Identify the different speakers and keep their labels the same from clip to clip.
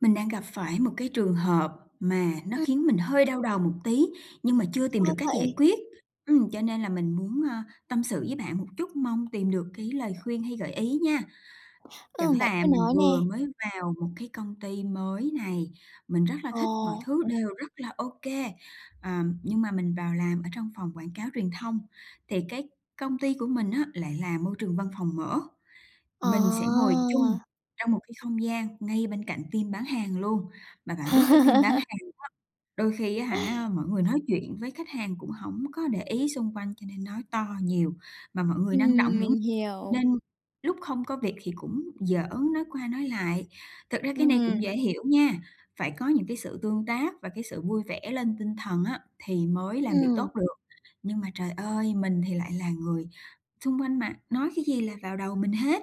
Speaker 1: Mình đang gặp phải một cái trường hợp mà nó
Speaker 2: Ừm,
Speaker 1: khiến mình hơi đau đầu một tí, nhưng mà chưa tìm được
Speaker 2: Sao
Speaker 1: cách giải
Speaker 2: vậy?
Speaker 1: quyết. Cho nên là mình muốn, tâm sự với bạn một chút, mong tìm được cái lời khuyên hay gợi ý nha. Chẳng
Speaker 2: Bạn
Speaker 1: là
Speaker 2: cứ
Speaker 1: mình
Speaker 2: nói nè.
Speaker 1: vừa mới vào một cái công ty mới này, mình rất là
Speaker 2: Ồ,
Speaker 1: thích, mọi thứ đều rất là ok kê, nhưng mà mình vào làm ở trong phòng quảng cáo truyền thông, thì cái công ty của mình á lại là môi trường văn phòng mở. Mình sẽ
Speaker 2: à!
Speaker 1: ngồi chung trong một cái không gian ngay bên cạnh team bán hàng luôn. Mà bạn biết cái team bán hàng đôi khi á hả, mọi người nói chuyện với khách hàng cũng hổng có để ý xung quanh, cho nên nói to nhiều, mà mọi người năng động nữa,
Speaker 2: Mình
Speaker 1: nên
Speaker 2: hiểu.
Speaker 1: lúc không có việc thì cũng giỡn, nói qua nói lại. Thực ra cái này
Speaker 2: Ừm,
Speaker 1: cũng dễ hiểu nha, phải có những cái sự tương tác và cái sự vui vẻ lên tinh thần á, thì mới làm việc
Speaker 2: ừm.
Speaker 1: tốt được. Nhưng mà trời ơi, mình thì lại là người xung quanh mà, nói cái gì là vào đầu mình hết,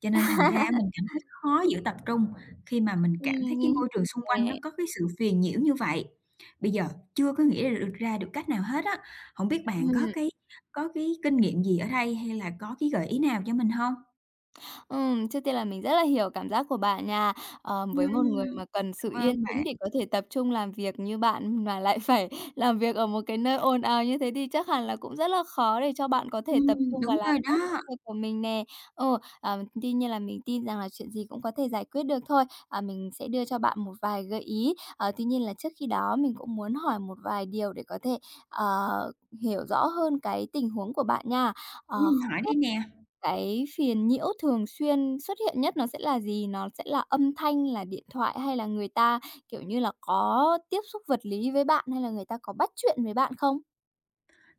Speaker 1: cho nên thành ra mình cảm thấy khó giữ tập trung khi mà mình cảm
Speaker 2: Ừm,
Speaker 1: thấy
Speaker 2: mình
Speaker 1: cái
Speaker 2: hiểu
Speaker 1: môi trường xung quanh nó
Speaker 2: nè.
Speaker 1: có cái sự phiền nhiễu như vậy. Bây giờ chưa có nghĩ ra được cách nào hết á, không biết bạn có
Speaker 2: Ừm.
Speaker 1: cái có cái kinh nghiệm gì ở đây hay là có cái gợi ý nào cho mình không?
Speaker 2: Trước tiên là mình rất là hiểu cảm giác của bạn nha. Với một người
Speaker 1: Ừm,
Speaker 2: mà cần
Speaker 1: cảm
Speaker 2: sự yên
Speaker 1: ơn bạn.
Speaker 2: tĩnh để có thể tập trung làm việc như bạn mà lại phải làm việc ở một cái nơi ồn ào như thế thì chắc hẳn là cũng rất là khó để cho bạn có thể tập trung
Speaker 1: Đúng
Speaker 2: và làm
Speaker 1: rồi
Speaker 2: tốt công
Speaker 1: đó.
Speaker 2: việc của mình nè. Tuy nhiên là mình tin rằng là chuyện gì cũng có thể giải quyết được thôi. À, mình sẽ đưa cho bạn một vài gợi ý. Ờ, Tuy nhiên là trước khi đó mình cũng muốn hỏi một vài điều để có thể, ờ, hiểu rõ hơn cái tình huống của bạn nha. Ờ,
Speaker 1: Ừm, hỏi đi nè.
Speaker 2: cái phiền nhiễu thường xuyên xuất hiện nhất nó sẽ là gì? Nó sẽ là âm thanh, là điện thoại hay là người ta, kiểu như là, có tiếp xúc vật lý với bạn hay là người ta có bắt chuyện với bạn không?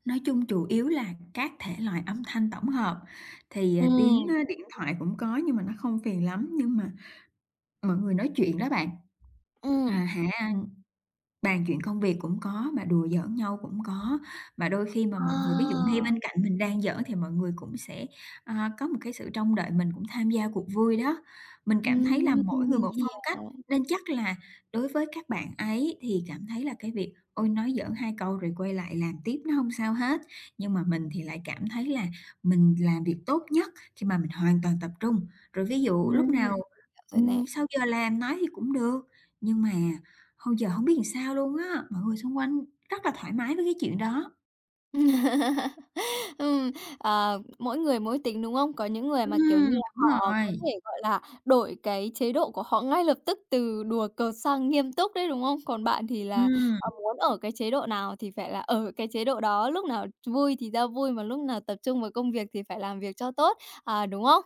Speaker 1: Nói chung chủ yếu là các thể loại âm thanh tổng hợp, thì, tiếng,
Speaker 2: Ừm,
Speaker 1: điện thoại cũng có nhưng mà nó không phiền lắm, nhưng mà mọi người nói chuyện đó bạn, à,
Speaker 2: ừm.
Speaker 1: hả Bàn chuyện công việc cũng có, mà đùa giỡn nhau cũng có, mà đôi khi mà mọi người ví dụ
Speaker 2: À.
Speaker 1: ngay bên cạnh mình đang giỡn thì mọi người cũng sẽ, có một cái sự trông đợi mình cũng tham gia cuộc vui đó. Mình cảm thấy là mỗi người
Speaker 2: Mình
Speaker 1: một phong cách,
Speaker 2: hiểu.
Speaker 1: nên chắc là đối với các bạn ấy thì cảm thấy là cái việc, ôi, nói giỡn 2 câu rồi quay lại làm tiếp nó không sao hết. Nhưng mà mình thì lại cảm thấy là mình làm việc tốt nhất khi mà mình hoàn toàn tập trung. Rồi ví dụ lúc
Speaker 2: Ừm, Hiểu
Speaker 1: nào,
Speaker 2: rồi nè.
Speaker 1: sau giờ làm nói thì cũng được, nhưng mà hồi giờ hổng biết làm sao luôn á, mọi người xung quanh rất là thoải mái với cái chuyện đó.
Speaker 2: Ừm, Mỗi người mỗi tính, đúng không? Có những người mà, kiểu
Speaker 1: Ừm,
Speaker 2: như là,
Speaker 1: đúng
Speaker 2: họ có
Speaker 1: rồi.
Speaker 2: thể, gọi là, đổi cái chế độ của họ ngay lập tức từ đùa cợt sang nghiêm túc đấy, đúng không? Còn bạn thì là,
Speaker 1: Ừm.
Speaker 2: muốn ở cái chế độ nào thì phải là ở cái chế độ đó, lúc nào vui thì ra vui, mà lúc nào tập trung vào công việc thì phải làm việc cho tốt, đúng không?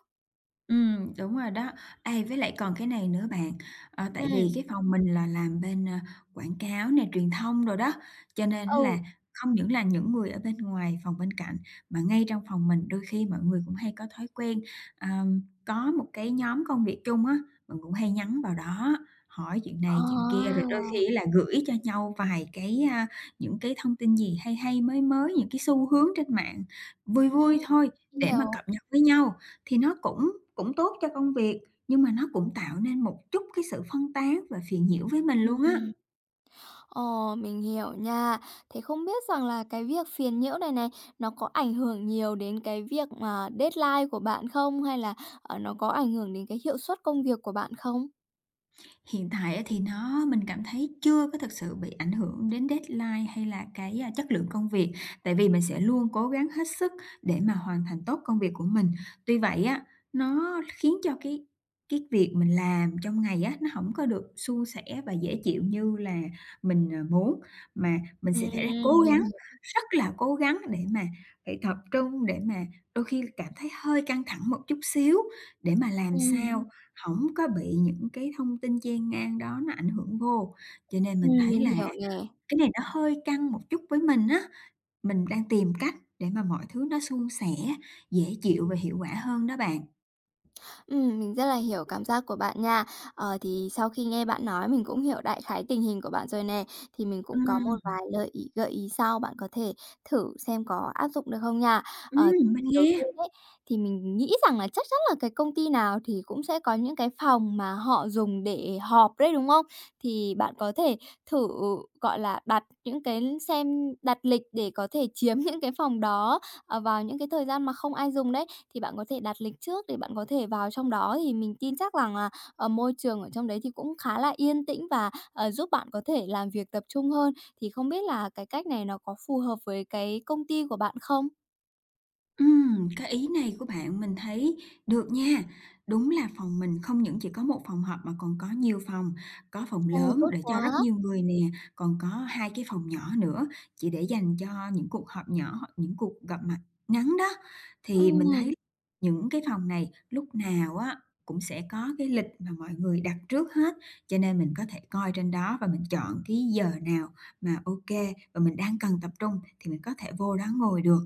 Speaker 1: Đúng rồi đó. Ê, với lại còn cái này nữa bạn, tại vì
Speaker 2: Ừm,
Speaker 1: cái phòng mình là làm bên, quảng cáo nè, truyền thông rồi đó, cho nên
Speaker 2: ừ,
Speaker 1: là không những là những người ở bên ngoài phòng bên cạnh, mà ngay trong phòng mình đôi khi mọi người cũng hay có thói quen, có một cái nhóm công việc chung á, mình cũng hay nhắn vào đó, hỏi chuyện
Speaker 2: ờ,
Speaker 1: này chuyện kia, rồi đôi khi là gửi cho nhau vài cái, những cái thông tin gì hay hay, mới mới, những cái xu hướng trên mạng vui vui
Speaker 2: ừm,
Speaker 1: thôi để mà
Speaker 2: hiểu,
Speaker 1: cập nhật với nhau. Thì nó cũng cũng tốt cho công việc, nhưng mà nó cũng tạo nên một chút cái sự phân tán và phiền nhiễu với mình luôn á.
Speaker 2: ừm. Ồ, mình hiểu nha. Thế không biết rằng là cái việc phiền nhiễu này này, nó có ảnh hưởng nhiều đến cái việc mà deadline của bạn không? Hay là, nó có ảnh hưởng đến cái hiệu suất công việc của bạn không?
Speaker 1: Hiện tại á thì nó mình cảm thấy chưa có thực sự bị ảnh hưởng đến deadline hay là cái, chất lượng công việc, tại vì mình sẽ luôn cố gắng hết sức để mà hoàn thành tốt công việc của mình. Tuy vậy á, nó khiến cho cái việc mình làm trong ngày á, nó hổng có được suôn sẻ và dễ chịu như là mình, muốn, mà mình sẽ
Speaker 2: Ừm,
Speaker 1: phải cố
Speaker 2: mình
Speaker 1: gắng,
Speaker 2: hiểu.
Speaker 1: rất là cố gắng để mà phải tập trung, để mà đôi khi cảm thấy hơi căng thẳng một chút xíu để mà làm
Speaker 2: Ừm,
Speaker 1: sao không có bị những cái thông tin chen ngang đó nó ảnh hưởng vô, cho nên mình thấy
Speaker 2: mình
Speaker 1: là
Speaker 2: hiểu nè.
Speaker 1: cái này nó hơi căng một chút với mình á. Mình đang tìm cách để mà mọi thứ nó suôn sẻ, dễ chịu và hiệu quả hơn đó bạn.
Speaker 2: Mình rất là hiểu cảm giác của bạn nha. Thì sau khi nghe bạn nói mình cũng hiểu đại khái tình hình của bạn rồi nè, thì mình cũng có một
Speaker 1: Ừm,
Speaker 2: vài lời ý gợi ý sau, bạn có thể thử xem có áp dụng được không nha. Ờ,
Speaker 1: ừm, mình
Speaker 2: Đầu
Speaker 1: nghe.
Speaker 2: tiên ấy, thì mình nghĩ rằng là chắc chắn là cái công ty nào thì cũng sẽ có những cái phòng mà họ dùng để họp đấy, đúng không? Thì bạn có thể thử, gọi là, đặt những cái xem đặt lịch để có thể chiếm những cái phòng đó, vào những cái thời gian mà không ai dùng đấy, thì bạn có thể đặt lịch trước để bạn có thể vào trong đó thì mình tin chắc rằng là, môi trường ở trong đấy thì cũng khá là yên tĩnh và, giúp bạn có thể làm việc tập trung hơn. Thì không biết là cái cách này nó có phù hợp với cái công ty của bạn không?
Speaker 1: Cái ý này của bạn mình thấy được nha. Đúng là phòng mình không những chỉ có một phòng họp mà còn có nhiều phòng, có phòng
Speaker 2: Ồ,
Speaker 1: lớn
Speaker 2: tốt
Speaker 1: để cho
Speaker 2: quá!
Speaker 1: rất nhiều người nè, còn có 2 cái phòng nhỏ nữa, chỉ để dành cho những cuộc họp nhỏ hoặc những cuộc gặp mặt ngắn đó. Thì
Speaker 2: Ừm,
Speaker 1: mình thấy
Speaker 2: ừm,
Speaker 1: những cái phòng này lúc nào á cũng sẽ có cái lịch mà mọi người đặt trước hết, cho nên mình có thể coi trên đó và mình chọn cái giờ nào mà ok và mình đang cần tập trung thì mình có thể vô đó ngồi được.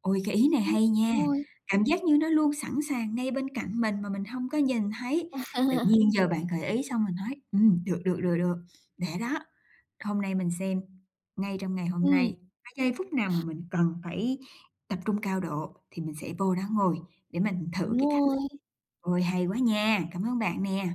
Speaker 1: Ôi, cái ý này hay nha,
Speaker 2: đúng rồi.
Speaker 1: cảm giác như nó luôn sẵn sàng ngay bên cạnh mình mà mình hông có nhìn thấy. Tự nhiên giờ bạn gợi ý xong mình nói: được, được, được, được, để đó, hôm nay mình xem, ngay trong ngày hôm
Speaker 2: Ừm,
Speaker 1: nay, cái giây phút nào mà mình cần phải tập trung cao độ thì mình sẽ vô đó ngồi để mình thử
Speaker 2: đúng
Speaker 1: cái cách
Speaker 2: rồi.
Speaker 1: này." Ôi, hay quá nha, cảm ơn bạn nè.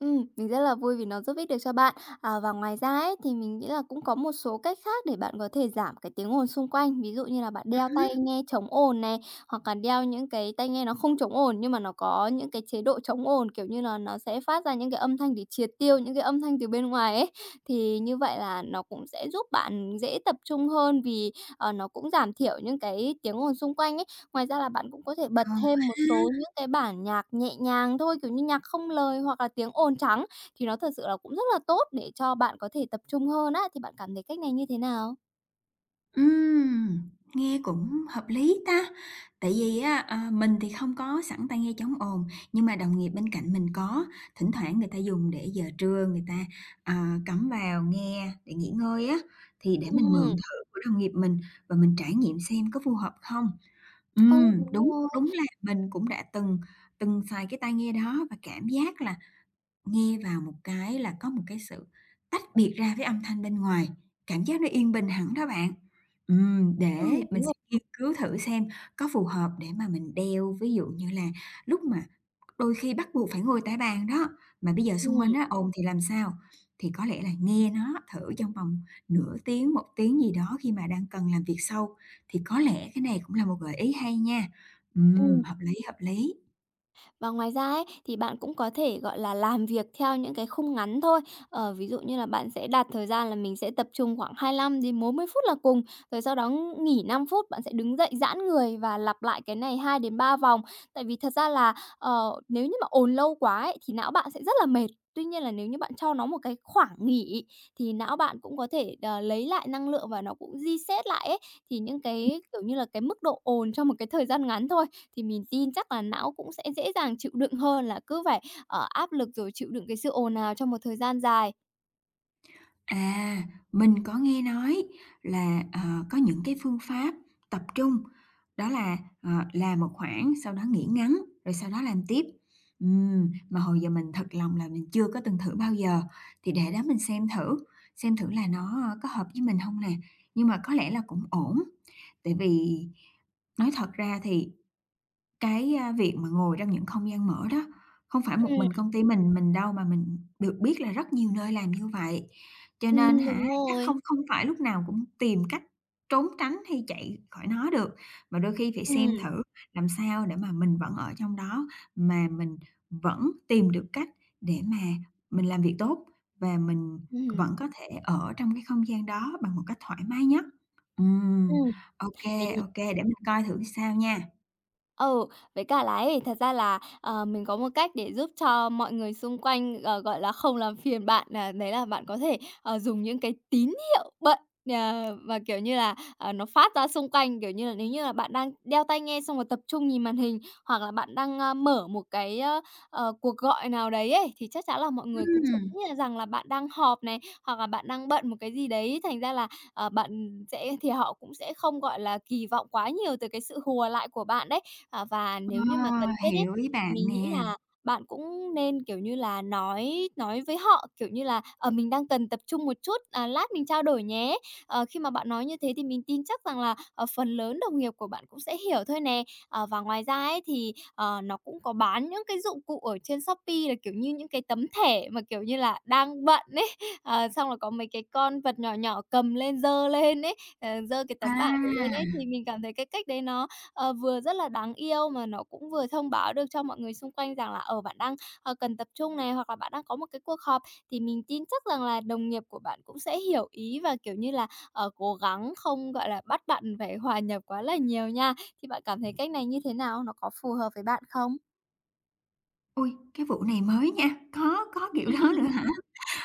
Speaker 2: Mình rất là vui vì nó giúp ích được cho bạn. À, và ngoài ra ấy, thì mình nghĩ là cũng có một số cách khác để bạn có thể giảm cái tiếng ồn xung quanh. Ví dụ như là bạn đeo tai
Speaker 1: Hứm.
Speaker 2: nghe chống ồn này, hoặc là đeo những cái tai nghe nó không chống ồn nhưng mà nó có những cái chế độ chống ồn, kiểu như là, nó sẽ phát ra những cái âm thanh để triệt tiêu những cái âm thanh từ bên ngoài ấy. Thì như vậy là nó cũng sẽ giúp bạn dễ tập trung hơn vì nó cũng giảm thiểu những cái tiếng ồn xung quanh ấy. Ngoài ra là bạn cũng có thể bật
Speaker 1: Ờ
Speaker 2: thêm một
Speaker 1: ha.
Speaker 2: số những cái bản nhạc nhẹ nhàng thôi, kiểu như nhạc không lời hoặc là tiếng ồn trắng thì nó thật sự là cũng rất là tốt để cho bạn có thể tập trung hơn á, thì bạn cảm thấy cách này như thế nào?
Speaker 1: Ừm, nghe cũng hợp lý ta. Tại vì á, mình thì không có sẵn tai nghe chống ồn, nhưng mà đồng nghiệp bên cạnh mình có, thỉnh thoảng người ta dùng để giờ trưa người ta, cắm vào nghe để nghỉ ngơi á, thì để mình mượn
Speaker 2: Ừm,
Speaker 1: thử của đồng nghiệp mình và mình trải nghiệm xem có phù hợp không.
Speaker 2: ừ, đúng
Speaker 1: Đúng,
Speaker 2: rồi.
Speaker 1: đúng là mình cũng đã từng từng xài cái tai nghe đó và cảm giác là nghe vào một cái là có một cái sự tách biệt ra với âm thanh bên ngoài, cảm giác nó yên bình hẳn đó bạn.
Speaker 2: Ừ,
Speaker 1: Để mình
Speaker 2: đúng
Speaker 1: sẽ
Speaker 2: rồi.
Speaker 1: nghiên cứu thử xem có phù hợp để mà mình đeo, ví dụ như là lúc mà đôi khi bắt buộc phải ngồi tại bàn đó, mà bây giờ xung quanh
Speaker 2: Ừm,
Speaker 1: á ồn thì làm sao? Thì có lẽ là nghe nó thử trong vòng nửa tiếng, một tiếng gì đó khi mà đang cần làm việc sâu thì có lẽ cái này cũng là một gợi ý hay nha.
Speaker 2: ừm.
Speaker 1: Hợp lý, hợp lý.
Speaker 2: Và ngoài ra ấy, thì bạn cũng có thể, gọi là, làm việc theo những cái khung ngắn thôi. Ví dụ như là bạn sẽ đặt thời gian là mình sẽ tập trung khoảng 25 đến 40 phút là cùng, rồi sau đó nghỉ 5 phút, bạn sẽ đứng dậy giãn người và lặp lại cái này hai đến ba vòng. Tại vì thật ra là, nếu như mà ồn lâu quá ấy, thì não bạn sẽ rất là mệt. Tuy nhiên là nếu như bạn cho nó một cái khoảng nghỉ thì não bạn cũng có thể, lấy lại năng lượng và nó cũng reset lại ấy. Thì những cái, kiểu như là, cái mức độ ồn trong một cái thời gian ngắn thôi, thì mình tin chắc là não cũng sẽ dễ dàng chịu đựng hơn là cứ phải, ở áp lực rồi chịu đựng cái sự ồn ào trong một thời gian dài.
Speaker 1: À, mình có nghe nói là, có những cái phương pháp tập trung, đó là, làm một khoảng, sau đó nghỉ ngắn, rồi sau đó làm tiếp. Mà hồi giờ mình thật lòng là mình chưa có từng thử bao giờ, thì để đó mình xem thử là nó, có hợp với mình không nè. Nhưng mà có lẽ là cũng ổn, tại vì nói thật ra thì cái, việc mà ngồi trong những không gian mở đó, không phải một
Speaker 2: Ừm.
Speaker 1: mình công ty mình đâu mà mình được biết là rất nhiều nơi làm như vậy. Cho nên hả,
Speaker 2: Đúng
Speaker 1: chắc
Speaker 2: rồi.
Speaker 1: không không phải lúc nào cũng tìm cách trốn tránh hay chạy khỏi nó được, mà đôi khi phải xem
Speaker 2: Ừ,
Speaker 1: thử làm sao để mà mình vẫn ở trong đó, mà mình vẫn tìm được cách để mà mình làm việc tốt và mình
Speaker 2: ừ.
Speaker 1: vẫn có thể ở trong cái không gian đó bằng một cách thoải mái nhất. Ừm,
Speaker 2: Ừm.
Speaker 1: ok
Speaker 2: mình
Speaker 1: kê, để mình coi thử sao nha.
Speaker 2: Ừ, với cả là ấy, thật ra là, mình có một cách để giúp cho mọi người xung quanh, gọi là, không làm phiền bạn, đấy là bạn có thể, dùng những cái tín hiệu bận, và, kiểu như là, nó phát ra xung quanh. Kiểu như là, nếu như là bạn đang đeo tai nghe xong rồi tập trung nhìn màn hình, hoặc là bạn đang, mở một cái, cuộc gọi nào đấy ấy, thì chắc chắn là mọi người cũng sẽ
Speaker 1: Ừm.
Speaker 2: nghĩ là rằng là bạn đang họp này, hoặc là bạn đang bận một cái gì đấy. Thành ra là bạn sẽ thì họ cũng sẽ không, gọi là, kỳ vọng quá nhiều từ cái sự hùa lại của bạn đấy. À, và
Speaker 1: Ờ,
Speaker 2: nếu như mà cần thiết ấy,
Speaker 1: hiểu ý
Speaker 2: thì
Speaker 1: bạn
Speaker 2: mình nghĩ
Speaker 1: nè.
Speaker 2: là bạn cũng nên, kiểu như là, nói với họ, kiểu như là "Ờ, mình đang cần tập trung một chút, à, lát mình trao đổi nhé." Khi mà bạn nói như thế thì mình tin chắc rằng là, phần lớn đồng nghiệp của bạn cũng sẽ hiểu thôi nè. Và ngoài ra ấy thì, nó cũng có bán những cái dụng cụ ở trên Shopee là, kiểu như, những cái tấm thẻ mà, kiểu như là, đang bận ấy, xong là có mấy cái con vật nhỏ nhỏ cầm lên giơ lên ấy, giơ cái tấm bảng đấy lên ấy,
Speaker 1: À,
Speaker 2: thì mình cảm thấy cái cách đấy nó, vừa rất là đáng yêu mà nó cũng vừa thông báo được cho mọi người xung quanh rằng là, ở bạn đang, cần tập trung này, hoặc là bạn đang có một cái cuộc họp. Thì mình tin chắc rằng là đồng nghiệp của bạn cũng sẽ hiểu ý và, kiểu như là, cố gắng không, gọi là, bắt bạn phải hòa nhập quá là nhiều nha. Thì bạn cảm thấy cách này như thế nào? Nó có phù hợp với bạn không?
Speaker 1: ui cái vụ này mới nha, có kiểu đó nữa hả?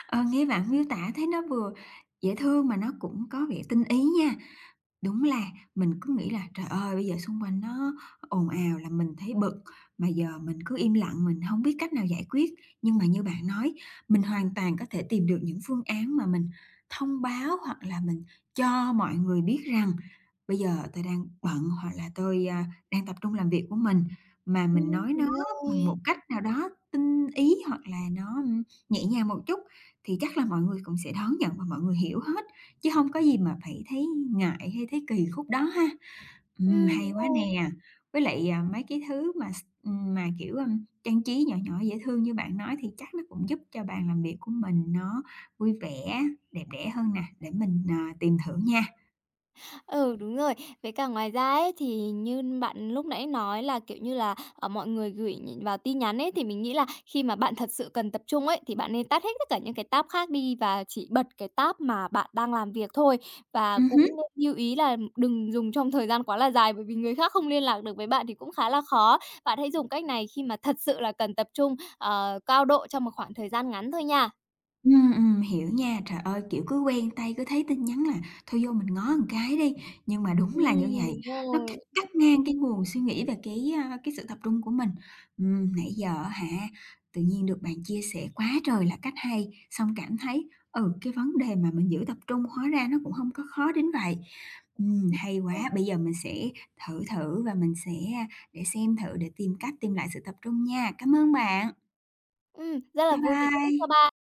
Speaker 1: Ờ, nghe bạn miêu tả thấy nó vừa dễ thương mà nó cũng có vẻ tinh ý nha. Đúng là mình cứ nghĩ là trời ơi bây giờ xung quanh nó ồn ào là mình thấy bực, mà giờ mình cứ im lặng mình không biết cách nào giải quyết. Nhưng mà như bạn nói, mình hoàn toàn có thể tìm được những phương án mà mình thông báo hoặc là mình cho mọi người biết rằng bây giờ tôi đang bận hoặc là tôi, đang tập trung làm việc của mình, mà mình
Speaker 2: Ừm,
Speaker 1: nói nó
Speaker 2: đúng
Speaker 1: bằng
Speaker 2: rồi.
Speaker 1: một cách nào đó tinh ý hoặc là nó, nhẹ nhàng một chút thì chắc là mọi người cũng sẽ đón nhận và mọi người hiểu hết, chứ không có gì mà phải thấy ngại hay thấy kỳ khúc đó ha. Hay
Speaker 2: Đúng
Speaker 1: quá
Speaker 2: rồi.
Speaker 1: nè. Với lại, mấy cái thứ mà s mà, kiểu, trang trí nhỏ nhỏ dễ thương như bạn nói thì chắc nó cũng giúp cho bàn làm việc của mình nó vui vẻ, đẹp đẽ hơn nè, để mình, tìm thử nha.
Speaker 2: Ừ, đúng rồi. Với cả ngoài ra ấy, thì như bạn lúc nãy nói là, kiểu như là, mọi người gửi vào tin nhắn ấy, thì mình nghĩ là khi mà bạn thật sự cần tập trung ấy, thì bạn nên tắt hết tất cả những cái tab khác đi và chỉ bật cái tab mà bạn đang làm việc thôi. Và cũng
Speaker 1: Ừm.
Speaker 2: nên lưu ý là đừng dùng trong thời gian quá là dài, bởi vì người khác không liên lạc được với bạn thì cũng khá là khó. Bạn hãy dùng cách này khi mà thật sự là cần tập trung, cao độ trong một khoảng thời gian ngắn thôi nha.
Speaker 1: Hiểu nha. Trời ơi, kiểu, cứ quen tay cứ thấy tin nhắn là thôi vô mình ngó một cái đi, nhưng mà đúng là như vậy,
Speaker 2: Đúng
Speaker 1: nó cắt
Speaker 2: rồi.
Speaker 1: cắt ngang cái nguồn suy nghĩ về cái, cái sự tập trung của mình. Nãy giờ á hả, tự nhiên được bạn chia sẻ quá trời là cách hay, xong cảm thấy, ừ, cái vấn đề mà mình giữ tập trung hóa ra nó cũng hông có khó đến vậy. Hay quá, bây giờ mình sẽ thử thử và mình sẽ, để xem thử để tìm cách tìm lại sự tập trung nha. Cảm ơn bạn.
Speaker 2: Rất là
Speaker 1: Bye
Speaker 2: vui vì giúp ích
Speaker 1: bye.
Speaker 2: cho bạn.